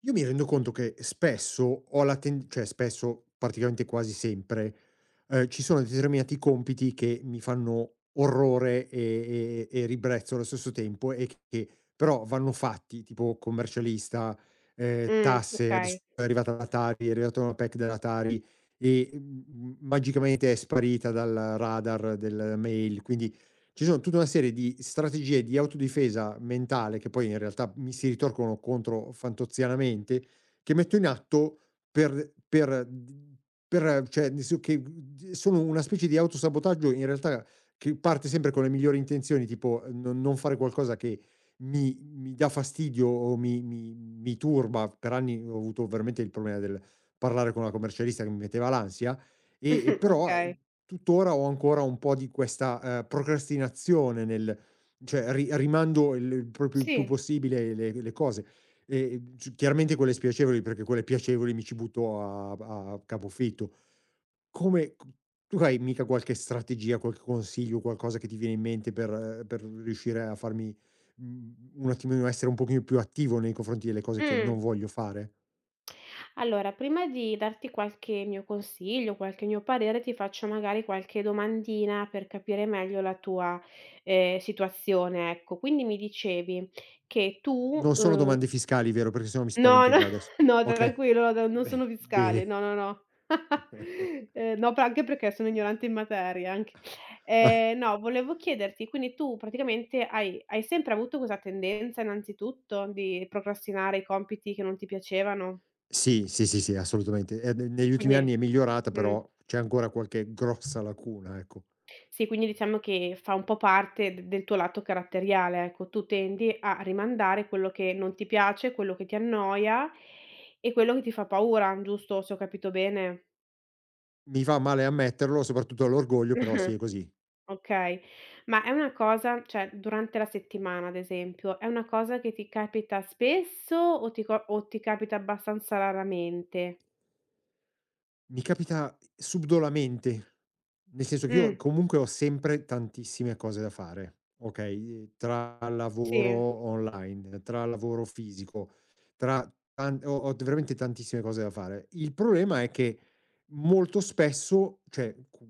Io mi rendo conto che spesso ho la ten cioè spesso, praticamente quasi sempre, ci sono determinati compiti che mi fanno orrore e ribrezzo allo stesso tempo e che però vanno fatti, tipo commercialista, tasse, adesso Okay, è arrivata la Tari, è arrivata una PEC della Tari e, magicamente è sparita dal radar della mail. Quindi ci sono tutta una serie di strategie di autodifesa mentale, che poi in realtà mi si ritorcono contro fantozzianamente, che metto in atto per d per cioè nel senso che d sono una specie di autosabotaggio in realtà, che parte sempre con le migliori intenzioni, tipo non fare qualcosa che mi dà fastidio o mi turba. Per anni ho avuto veramente il problema del parlare con la commercialista che mi metteva l'ansia, e però, okay. tuttora ho ancora un po' di questa, procrastinazione nel cioè ri rimando il proprio il più Sì. possibile le cose. E c chiaramente quelle spiacevoli, perché quelle piacevoli mi ci butto a capofitto. Come c tu hai mica qualche strategia, qualche consiglio, qualcosa che ti viene in mente per per riuscire a farmi, un attimino, essere un pochino più attivo nei confronti delle cose che non Mh. voglio fare? Allora, prima di darti qualche mio consiglio, qualche mio parere, ti faccio magari qualche domandina per capire meglio la tua, situazione, ecco. Quindi mi dicevi che tu, Non sono domande fiscali, vero? Perché se no mi no, spavento no, già adesso. no Okay. tranquillo, no, non sono Beh, fiscale. bene. No, no, no. No, p anche perché sono ignorante in materia anche. Ah, No, volevo chiederti, quindi tu praticamente hai sempre avuto questa tendenza innanzitutto di procrastinare i compiti che non ti piacevano? sì, sì, sì, sì, assolutamente. Ne negli ultimi anni Quindi è migliorata, mh, però c'è ancora qualche grossa lacuna, ecco. sì, quindi diciamo che fa un po' parte d del tuo lato caratteriale, ecco. Tu tendi a rimandare quello che non ti piace, quello che ti annoia e quello che ti fa paura, giusto, se ho capito bene? Mi fa male ammetterlo, soprattutto all'orgoglio, però sì, è così. Okay, ma è una cosa cioè durante la settimana ad esempio, è una cosa che ti capita spesso o ti co o ti capita abbastanza raramente? Mi capita subdolamente, nel senso che io Mh, comunque ho sempre tantissime cose da fare, okay, tra lavoro sì. online, tra lavoro fisico, tra tan ho veramente tantissime cose da fare. Il problema è che molto spesso, cioè qu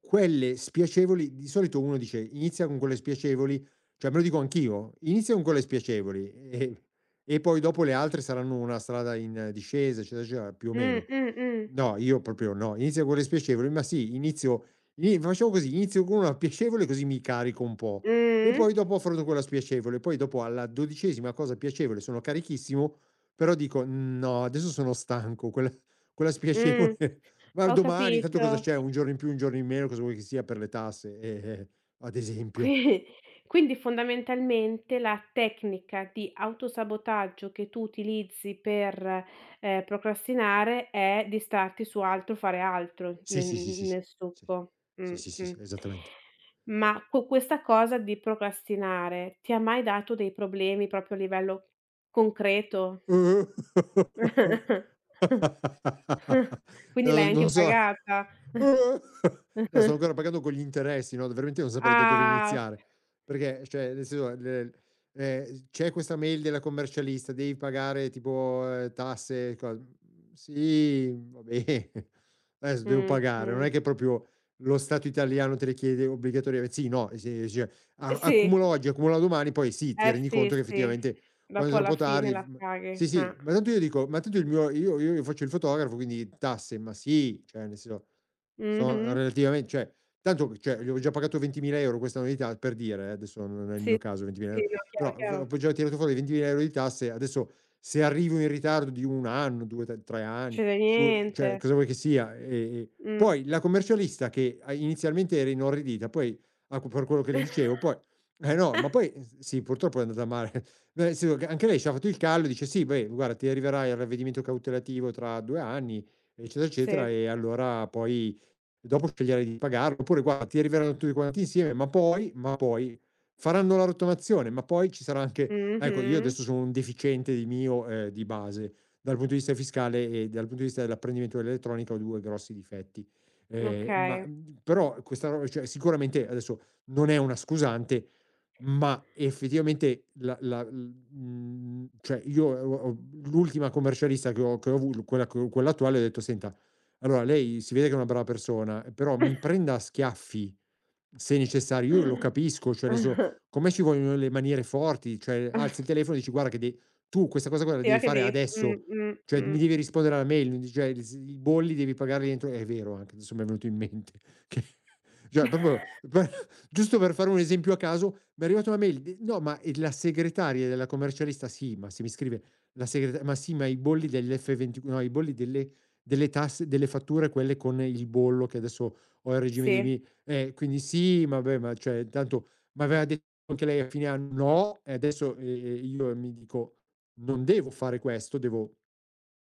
quelle spiacevoli di solito uno dice: "Inizia con quelle spiacevoli", cioè me lo dico anch'io, inizia con quelle spiacevoli e poi dopo le altre saranno una strada in discesa, eccetera, eccetera, più o Mh, meno. mh, mh. No, io proprio no. Inizio con le spiacevoli, ma sì, inizio ini facciamo così, inizio con una piacevole così mi carico un po', e Mh, poi dopo affronto quella spiacevole. Poi dopo, alla dodicesima cosa piacevole, sono carichissimo, però dico: "No, adesso sono stanco, quella mh, spiacevole ma ho domani, tanto capito. cosa c'è, un giorno in più, un giorno in meno, cosa vuoi che sia per le tasse", eh, ad esempio. Qui quindi fondamentalmente la tecnica di autosabotaggio che tu utilizzi per, procrastinare è distrarti su altro, fare altro Sì, nel sì, sì, sì, sì. nel Sì. succo. Sì, sì, sì, sì, esattamente. Ma co questa cosa di procrastinare ti ha mai dato dei problemi proprio a livello concreto? Quindi l'hai No, non anche so. pagata. La sto ancora pagando con gli interessi. No, veramente non saprei da dove Ah, iniziare. Perché, cioè, nel senso, le c'è questa mail della commercialista, devi pagare tipo, tasse e cos sì, vabbè, adesso devo pagare. Non mh. è che proprio lo Stato italiano te le chiede obbligatoriame sì, no, sì, cioè, a Sì. accumulo oggi, accumulo domani, poi sì, ti Eh rendi sì, conto che sì, effettivamente quando è dopo alla troppo fine tardi f la m paghi, sì, sì, eh. ma tanto io dico: "Ma tanto il mio, io faccio il fotografo, quindi tasse", ma sì, cioè nel senso sono Mh-mh. relativamen cioè tanto, cioè gli ho già pagato 20.000 € questa annualità, per dire, adesso non è il mio Sì, caso sì, 20.000 €, no, chiaro, però v chiaro. ho già tirato fuori 20.000 € di tasse, adesso se arrivo in ritardo di 1 anno, 2, t 3 anni, Succede su niente. cioè cosa vuoi che sia? E Mh. poi la commercialista, che a inizialmente era inorridita, poi a per quello che le dicevo, poi eh no, ma poi s sì purtroppo è andata male, nel senso che anche lei c'ha fatto il callo e dice: "Sì, beh guarda, ti arriverà il ravvedimento cautelativo tra 2 anni", eccetera, Sì. eccetera, e allora poi e dopo sceglierai di pagarlo, oppure guarda, ti arriveranno tutti quanti insieme, ma poi faranno la rottamazione, ma poi ci sarà anche, ecco. Io Mh-mh. adesso sono un deficiente di mio, di base, dal punto di vista fiscale, e dal punto di vista dell'apprendimento dell'elettronica ho due grossi difetti. Ma Okay. Però questa roba, cioè, sicuramente adesso non è una scusante, ma effettivamente la cioè io ho l'ultima commercialista che ho avu quella che ho quella attuale, ho detto: "Senta, allora lei si vede che è una brava persona, però mi prenda a schiaffi se necessario, io lo capisco, cioè nel senso, Ah-ah. con me ci vogliono le maniere forti, cioè alzi il telefono e dici: Guarda che de tu questa cosa qua la Sì, va devi che fare devi adesso, cioè mh. mi devi rispondere alla mail, cioè s i bolli devi pagarli entro". È vero anche, adesso mi è venuto in mente che, cioè proprio giusto per fare un esempio a caso, mi è arrivata una mail, no, ma è la segretaria della commercialista, sì, ma se mi scrive la segretaria, ma sì, ma i bolli dell'F24, no, i bolli delle, delle tasse, delle fatture, quelle con il bollo, che adesso ho il regime dei Sì. miei, quindi sì, ma beh, ma cioè, tanto, ma aveva detto anche lei a fine anno, no, e adesso io mi dico, non devo fare questo, devo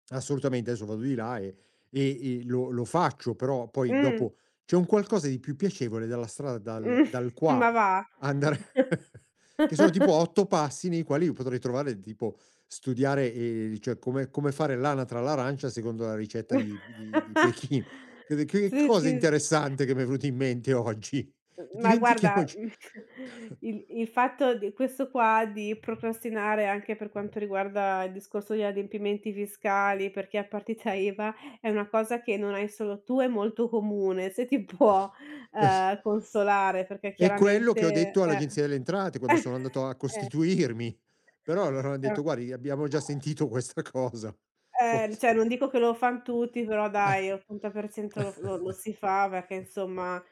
assolutamente, adesso vado di là e, e lo faccio, però poi Mh, dopo c'è un qualcosa di più piacevole dalla strada dal mh. dal qua Ma va. a andare che sono tipo 8 passi, nei quali io potrei trovare tipo, studiare, cioè come fare l'anatra all'arancia secondo la ricetta di Pechino. Che Sì, sì. cosa sì. interessante che mi è venuto in mente oggi. Ma guarda, Dimentichiamoci. il fatto di questo qua di procrastinare anche per quanto riguarda il discorso degli adempimenti fiscali, perché a partita IVA è una cosa che non hai solo tu, è molto comune, se ti può, consolare perché È quello chiaramente che ho detto eh, all'Agenzia delle Entrate quando sono andato a costituirmi. Però loro hanno cioè detto: "Guardi, abbiamo già sentito questa cosa, forse". cioè non dico che lo fan tutti, però dai, 80% Eh. lo f lo lo si fa perché insomma,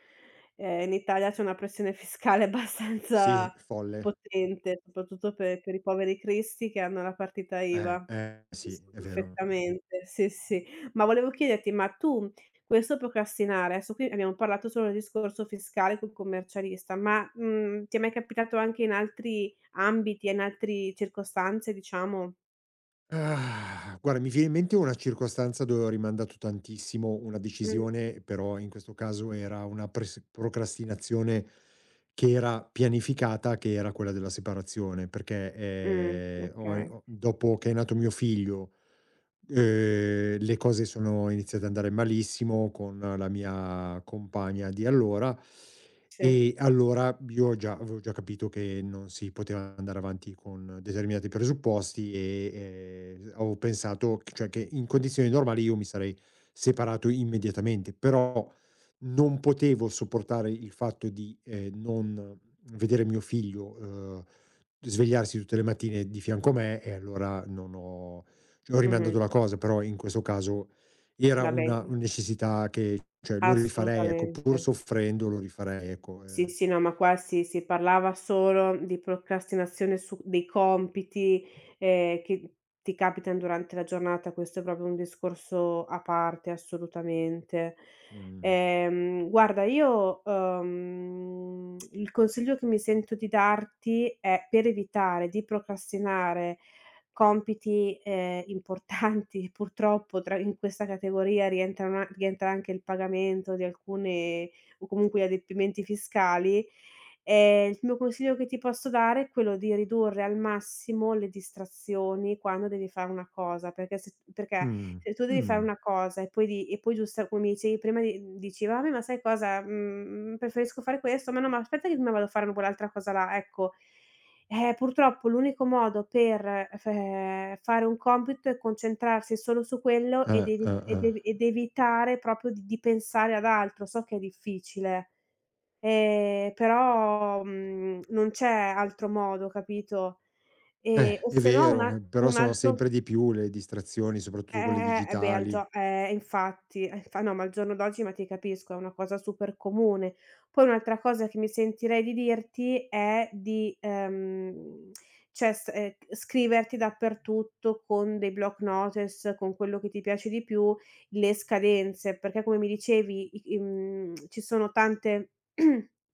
in Italia c'è una pressione fiscale Sì, abbastanza folle. potente, soprattutto pe per i poveri cristi che hanno la partita IVA. Sì, Capisco è vero. perfettamente, sì, sì. Ma volevo chiederti, ma tu questo procrastinare adesso qui abbiamo parlato solo del discorso fiscale col commercialista, ma, mhmm, ti è mai capitato anche in altri ambiti e in altri circostanze diciamo? Ah, guarda, mi viene in mente una circostanza dove ho rimandato tantissimo una Mh, decisione, però in questo caso era una procrastinazione che era pianificata, che era quella della separazione, perché okay. Dopo che è nato mio figlio. Le cose sono iniziate ad andare malissimo con la mia compagna di allora, Sì, e allora io già avevo già capito che non si poteva andare avanti con determinati presupposti, e, avevo pensato che cioè che in condizioni normali io mi sarei separato immediatamente, però non potevo sopportare il fatto di, non vedere mio figlio, svegliarsi tutte le mattine di fianco a me, e allora non ho ci ho rimandato mh-mh. la cosa, però in questo caso era Vabbè, una necessità, che cioè lo rifarei, ecco, pur assolutamente. soffrendo lo rifarei, ecco, Sì, ehm. sì, no, ma qua si si parlava solo di procrastinazione su dei compiti, che ti capitano durante la giornata, questo è proprio un discorso a parte assolutamente. Mh. Guarda io, il consiglio che mi sento di darti è per evitare di procrastinare compiti, importanti, purtroppo tra in questa categoria rientrano a rientra anche il pagamento di alcune o comunque gli adempimenti fiscali, il mio consiglio che ti posso dare è quello di ridurre al massimo le distrazioni quando devi fare una cosa, perché Mh. se tu devi fare Mh. una cosa e poi di e poi giusta come mi dicevi prima di dici: "Vabbè, ma sai cosa, mhmm, preferisco fare questo, ma no, ma aspetta che prima vado a fare quell'altra cosa là", ecco. Purtroppo l'unico modo per f fare un compito è concentrarsi solo su quello ed evi ed Eh. ev ed evitare proprio di pensare ad altro. So che è difficile, però, mhmm, non c'è altro modo, capito? O È se no un a vero, però un sono altro sempre di più le distrazioni, soprattutto quelle beh al digitali. gio infatti, infa no, ma al giorno d'oggi, ma ti capisco, è una cosa super comune. Poi un'altra cosa che mi sentirei di dirti è di, cioè s scriverti dappertutto con dei block notice, con quello che ti piace di più, le scadenze, perché come mi dicevi i mhmm, ci sono tante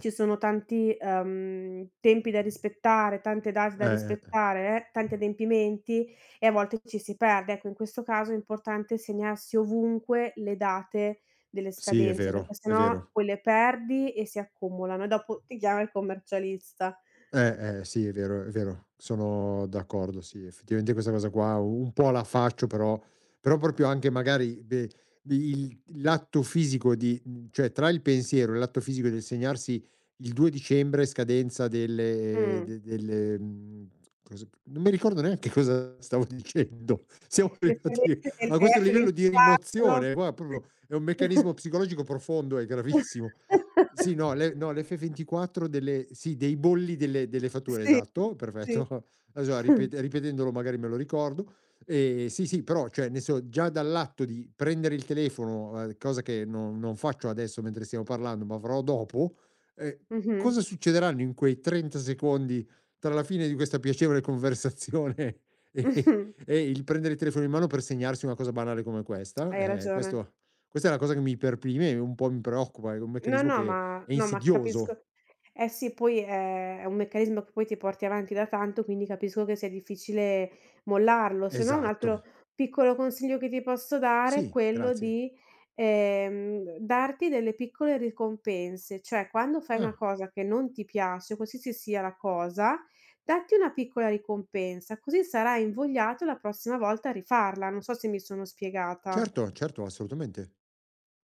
Ci sono tanti, tempi da rispettare, tante date da Eh. rispettare, tanti adempimenti e a volte ci si perde. Ecco, in questo caso è importante segnarsi ovunque le date delle Sì, è scadenze, perché vero, è sennò vero. poi le perdi e si accumulano e dopo ti chiama il commercialista. Sì, è vero, è vero. Sono d'accordo, sì, effettivamente questa cosa qua un po' la faccio, però proprio, anche magari, beh, il l'atto fisico di cioè tra il pensiero e l'atto fisico del segnarsi il 2 dicembre scadenza delle Mh. de delle mhmm, cos non mi ricordo neanche cosa stavo dicendo. Siamo Le arrivati scadenze del a questo livello di DF24. rimozione, guarda, proprio è un meccanismo psicologico profondo e gravissimo. Sì, no, le no, l'F24 delle, sì, dei bolli delle fatture, Sì, esatto, sì. perfetto. Adesso la ripetendolo magari me lo ricordo. Sì, sì, però, cioè, ne so già dall'atto di prendere il telefono, cosa che non faccio adesso mentre stiamo parlando, ma farò dopo, ehm, Mh-mh. Mh-mh. cosa succederanno in quei 30 secondi tra la fine di questa piacevole conversazione e e il prendere il telefono in mano per segnarsi una cosa banale come questa? Hai ragione. Questo questa è una cosa che mi perprime e un po' mi preoccupa, è un No, meccanismo no, che ma è no, ma insidioso. capisco eh sì, poi è un meccanismo che poi ti porti avanti da tanto, quindi capisco che sia difficile mollarlo. Se no un Esatto. altro piccolo consiglio che ti posso dare è Sì, quello grazie. di, darti delle piccole ricompense, cioè quando fai una Ah, cosa che non ti piace, qualsiasi sia la cosa, datti una piccola ricompensa, così sarai invogliato la prossima volta a rifarla. Non so se mi sono spiegata. certo, certo, assolutamente.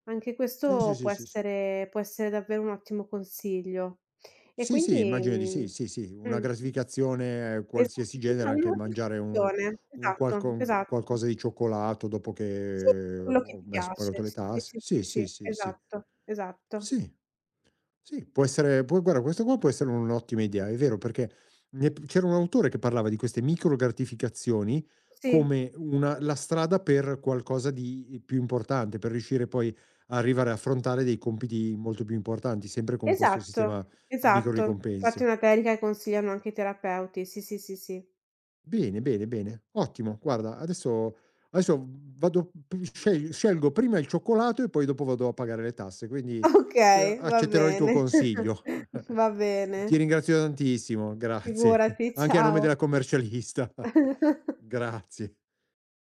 Anche Sì, sì, questo sì, sì, sì. Può essere davvero un ottimo consiglio. E Sì, sì, quindi immagino di sì, mhmm, sì, sì, una mh, gratificazione qualsiasi esatto, genere, no, una anche mangiare un notificazione, un esatto, qualco un esatto. qualcosa di cioccolato dopo Sì, che quello che ho ti messo piace. pagato le Sì, sì, tasse. sì, Sì, sì, sì, sì, sì, sì. esatto, esatto. Sì. Sì, può essere può guarda questo qua può essere un'ottima idea, è vero, perché ne p c'era un autore che parlava di queste micro gratificazioni Sì, come una la strada per qualcosa di più importante, per riuscire poi a arrivare a affrontare dei compiti molto più importanti, sempre con questo esatto, sistema di micro esatto. Infatti è ricompense. una tecnica che consigliano anche i terapeuti. Sì, sì, sì, sì. Bene, bene, bene. Ottimo, guarda, adesso vado p sceg scelgo prima il cioccolato e poi dopo vado a pagare le tasse, quindi c Okay, va accetterò il tuo bene, consiglio. va Ti bene. ringrazio tantissimo, grazie. Figurati, Anche a nome della ciao. commercialista. Grazie.